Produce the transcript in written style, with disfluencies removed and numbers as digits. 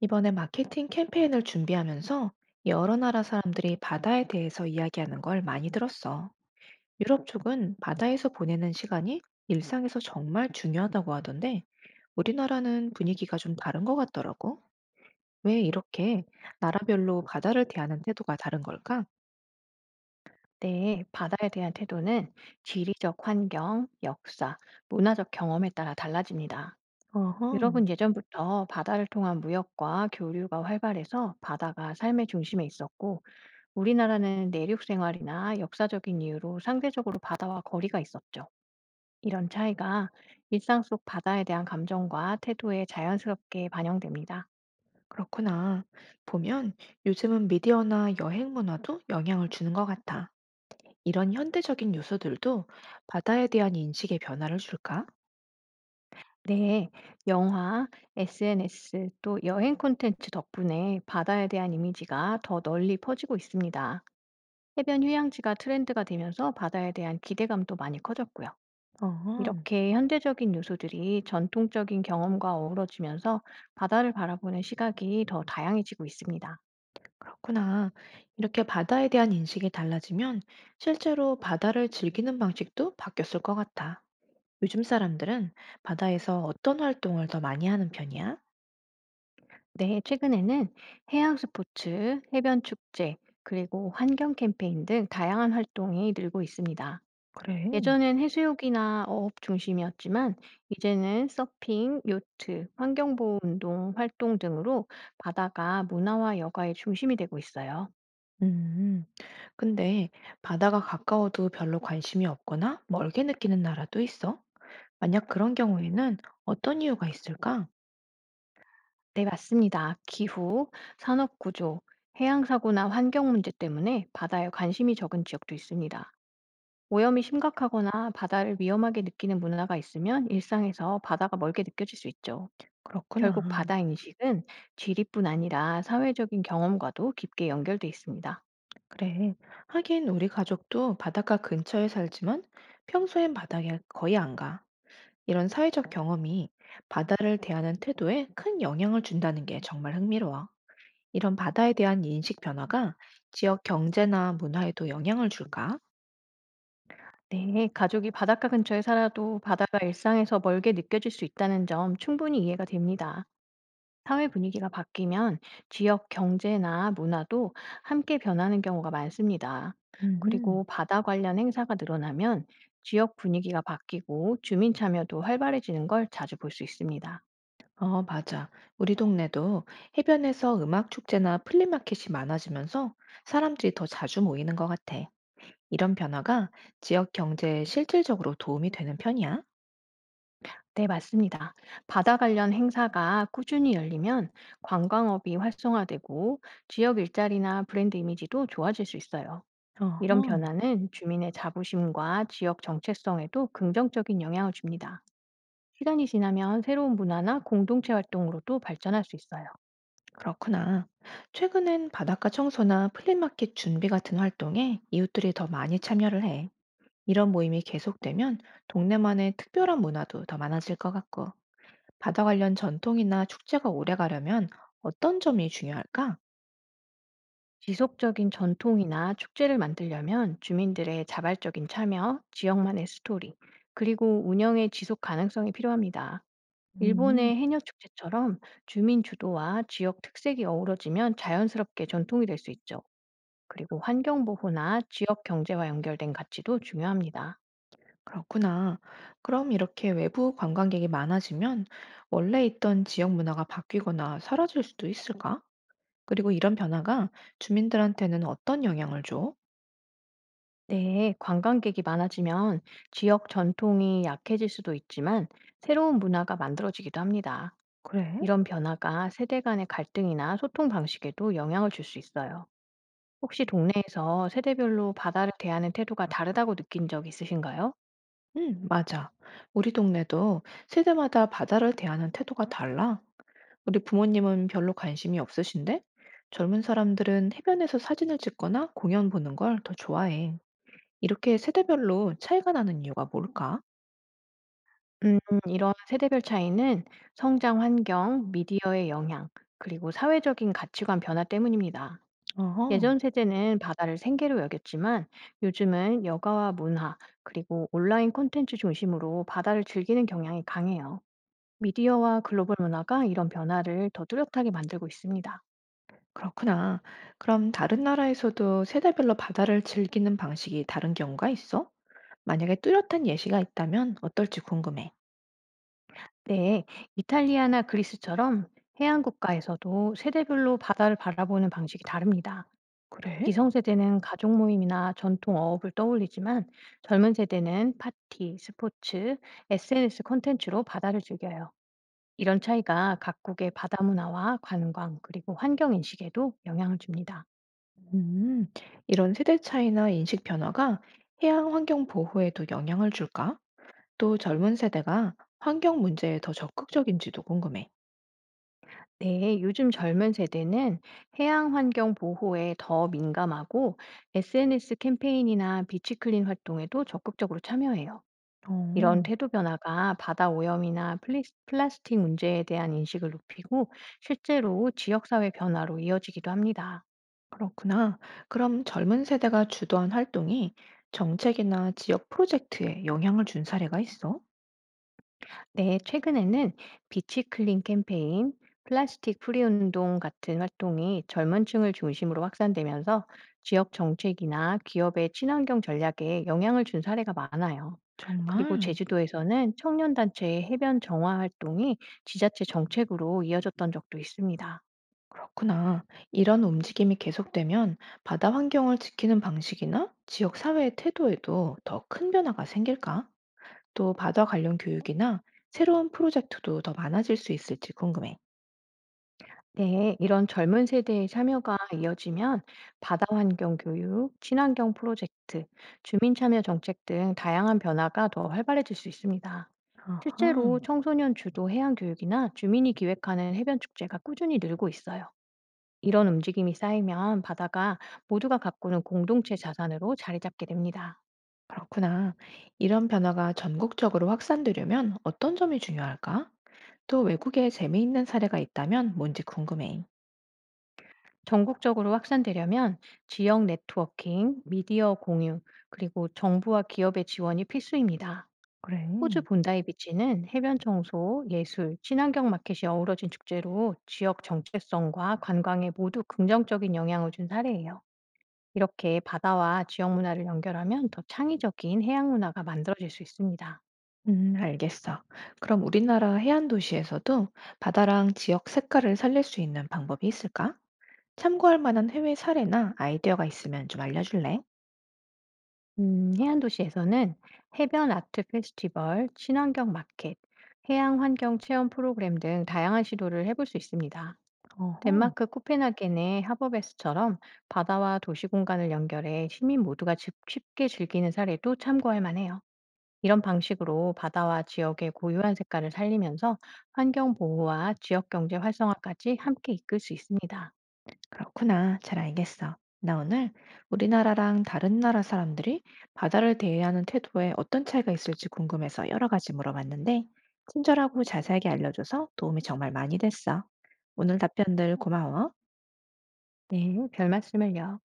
이번에 마케팅 캠페인을 준비하면서 여러 나라 사람들이 바다에 대해서 이야기하는 걸 많이 들었어. 유럽 쪽은 바다에서 보내는 시간이 일상에서 정말 중요하다고 하던데 우리나라는 분위기가 좀 다른 것 같더라고. 왜 이렇게 나라별로 바다를 대하는 태도가 다른 걸까? 네, 바다에 대한 태도는 지리적 환경, 역사, 문화적 경험에 따라 달라집니다. 어허, 유럽은 예전부터 바다를 통한 무역과 교류가 활발해서 바다가 삶의 중심에 있었고, 우리나라는 내륙 생활이나 역사적인 이유로 상대적으로 바다와 거리가 있었죠. 이런 차이가 일상 속 바다에 대한 감정과 태도에 자연스럽게 반영됩니다. 그렇구나. 보면 요즘은 미디어나 여행 문화도 영향을 주는 것 같아. 이런 현대적인 요소들도 바다에 대한 인식의 변화를 줄까? 네, 영화, SNS, 또 여행 콘텐츠 덕분에 바다에 대한 이미지가 더 널리 퍼지고 있습니다. 해변 휴양지가 트렌드가 되면서 바다에 대한 기대감도 많이 커졌고요. 어허. 이렇게 현대적인 요소들이 전통적인 경험과 어우러지면서 바다를 바라보는 시각이 더 다양해지고 있습니다. 그렇구나. 이렇게 바다에 대한 인식이 달라지면 실제로 바다를 즐기는 방식도 바뀌었을 것 같아. 요즘 사람들은 바다에서 어떤 활동을 더 많이 하는 편이야? 네, 최근에는 해양 스포츠, 해변 축제, 그리고 환경 캠페인 등 다양한 활동이 늘고 있습니다. 그래. 예전엔 해수욕이나 어업 중심이었지만 이제는 서핑, 요트, 환경보호 운동 활동 등으로 바다가 문화와 여가의 중심이 되고 있어요. 음, 근데 바다가 가까워도 별로 관심이 없거나 멀게 느끼는 나라도 있어? 만약 그런 경우에는 어떤 이유가 있을까? 네, 맞습니다. 기후, 산업 구조, 해양 사고나 환경 문제 때문에 바다에 관심이 적은 지역도 있습니다. 오염이 심각하거나 바다를 위험하게 느끼는 문화가 있으면 일상에서 바다가 멀게 느껴질 수 있죠. 결국 그렇구나. 바다 인식은 지리뿐 아니라 사회적인 경험과도 깊게 연결돼 있습니다. 그래. 하긴 우리 가족도 바닷가 근처에 살지만 평소엔 바다에 거의 안 가. 이런 사회적 경험이 바다를 대하는 태도에 큰 영향을 준다는 게 정말 흥미로워. 이런 바다에 대한 인식 변화가 지역 경제나 문화에도 영향을 줄까? 네, 가족이 바닷가 근처에 살아도 바다가 일상에서 멀게 느껴질 수 있다는 점 충분히 이해가 됩니다. 사회 분위기가 바뀌면 지역 경제나 문화도 함께 변하는 경우가 많습니다. 음, 그리고 바다 관련 행사가 늘어나면 지역 분위기가 바뀌고 주민 참여도 활발해지는 걸 자주 볼 수 있습니다. 어, 맞아. 우리 동네도 해변에서 음악 축제나 플리마켓이 많아지면서 사람들이 더 자주 모이는 것 같아. 이런 변화가 지역 경제에 실질적으로 도움이 되는 편이야? 네, 맞습니다. 바다 관련 행사가 꾸준히 열리면 관광업이 활성화되고 지역 일자리나 브랜드 이미지도 좋아질 수 있어요. 이런 어허. 변화는 주민의 자부심과 지역 정체성에도 긍정적인 영향을 줍니다. 시간이 지나면 새로운 문화나 공동체 활동으로도 발전할 수 있어요. 그렇구나. 최근엔 바닷가 청소나 플리마켓 준비 같은 활동에 이웃들이 더 많이 참여를 해. 이런 모임이 계속되면 동네만의 특별한 문화도 더 많아질 것 같고, 바다 관련 전통이나 축제가 오래 가려면 어떤 점이 중요할까? 지속적인 전통이나 축제를 만들려면 주민들의 자발적인 참여, 지역만의 스토리, 그리고 운영의 지속 가능성이 필요합니다. 음, 일본의 해녀 축제처럼 주민 주도와 지역 특색이 어우러지면 자연스럽게 전통이 될 수 있죠. 그리고 환경 보호나 지역 경제와 연결된 가치도 중요합니다. 그렇구나. 그럼 이렇게 외부 관광객이 많아지면 원래 있던 지역 문화가 바뀌거나 사라질 수도 있을까? 그리고 이런 변화가 주민들한테는 어떤 영향을 줘? 네, 관광객이 많아지면 지역 전통이 약해질 수도 있지만 새로운 문화가 만들어지기도 합니다. 그래. 이런 변화가 세대 간의 갈등이나 소통 방식에도 영향을 줄 수 있어요. 혹시 동네에서 세대별로 바다를 대하는 태도가 다르다고 느낀 적 있으신가요? 응, 맞아. 우리 동네도 세대마다 바다를 대하는 태도가 달라. 우리 부모님은 별로 관심이 없으신데, 젊은 사람들은 해변에서 사진을 찍거나 공연 보는 걸 더 좋아해. 이렇게 세대별로 차이가 나는 이유가 뭘까? 음, 이런 세대별 차이는 성장 환경, 미디어의 영향, 그리고 사회적인 가치관 변화 때문입니다. 어허, 예전 세대는 바다를 생계로 여겼지만 요즘은 여가와 문화, 그리고 온라인 콘텐츠 중심으로 바다를 즐기는 경향이 강해요. 미디어와 글로벌 문화가 이런 변화를 더 뚜렷하게 만들고 있습니다. 그렇구나. 그럼 다른 나라에서도 세대별로 바다를 즐기는 방식이 다른 경우가 있어? 만약에 뚜렷한 예시가 있다면 어떨지 궁금해. 네, 이탈리아나 그리스처럼 해안 국가에서도 세대별로 바다를 바라보는 방식이 다릅니다. 그래? 기성세대는 가족 모임이나 전통 어업을 떠올리지만 젊은 세대는 파티, 스포츠, SNS 콘텐츠로 바다를 즐겨요. 이런 차이가 각국의 바다 문화와 관광 그리고 환경 인식에도 영향을 줍니다. 음, 이런 세대 차이나 인식 변화가 해양 환경 보호에도 영향을 줄까? 또 젊은 세대가 환경 문제에 더 적극적인지도 궁금해. 네, 요즘 젊은 세대는 해양 환경 보호에 더 민감하고 SNS 캠페인이나 비치 클린 활동에도 적극적으로 참여해요. 이런 어, 태도 변화가 바다 오염이나 플라스틱 문제에 대한 인식을 높이고 실제로 지역사회 변화로 이어지기도 합니다. 그렇구나. 그럼 젊은 세대가 주도한 활동이 정책이나 지역 프로젝트에 영향을 준 사례가 있어? 네, 최근에는 비치 클린 캠페인, 플라스틱 프리 운동 같은 활동이 젊은 층을 중심으로 확산되면서 지역 정책이나 기업의 친환경 전략에 영향을 준 사례가 많아요. 그리고 정말 제주도에서는 청년단체의 해변 정화 활동이 지자체 정책으로 이어졌던 적도 있습니다. 그렇구나. 이런 움직임이 계속되면 바다 환경을 지키는 방식이나 지역 사회의 태도에도 더 큰 변화가 생길까? 또 바다 관련 교육이나 새로운 프로젝트도 더 많아질 수 있을지 궁금해. 네, 이런 젊은 세대의 참여가 이어지면 바다 환경 교육, 친환경 프로젝트, 주민 참여 정책 등 다양한 변화가 더 활발해질 수 있습니다. 아하, 실제로 청소년 주도 해양 교육이나 주민이 기획하는 해변 축제가 꾸준히 늘고 있어요. 이런 움직임이 쌓이면 바다가 모두가 가꾸는 공동체 자산으로 자리 잡게 됩니다. 그렇구나. 이런 변화가 전국적으로 확산되려면 어떤 점이 중요할까? 또 외국에 재미있는 사례가 있다면 뭔지 궁금해. 전국적으로 확산되려면 지역 네트워킹, 미디어 공유, 그리고 정부와 기업의 지원이 필수입니다. 그래. 호주 본다이 비치는 해변 청소, 예술, 친환경 마켓이 어우러진 축제로 지역 정체성과 관광에 모두 긍정적인 영향을 준 사례예요. 이렇게 바다와 지역 문화를 연결하면 더 창의적인 해양 문화가 만들어질 수 있습니다. 알겠어. 그럼 우리나라 해안 도시에서도 바다랑 지역 색깔을 살릴 수 있는 방법이 있을까? 참고할 만한 해외 사례나 아이디어가 있으면 좀 알려줄래? 해안 도시에서는 해변 아트 페스티벌, 친환경 마켓, 해양 환경 체험 프로그램 등 다양한 시도를 해볼 수 있습니다. 어허. 덴마크 코펜하겐의 하버베스처럼 바다와 도시 공간을 연결해 시민 모두가 쉽게 즐기는 사례도 참고할 만해요. 이런 방식으로 바다와 지역의 고유한 색깔을 살리면서 환경 보호와 지역 경제 활성화까지 함께 이끌 수 있습니다. 그렇구나. 잘 알겠어. 나 오늘 우리나라랑 다른 나라 사람들이 바다를 대하는 태도에 어떤 차이가 있을지 궁금해서 여러 가지 물어봤는데, 친절하고 자세하게 알려줘서 도움이 정말 많이 됐어. 오늘 답변들 고마워. 네, 별 말씀을요.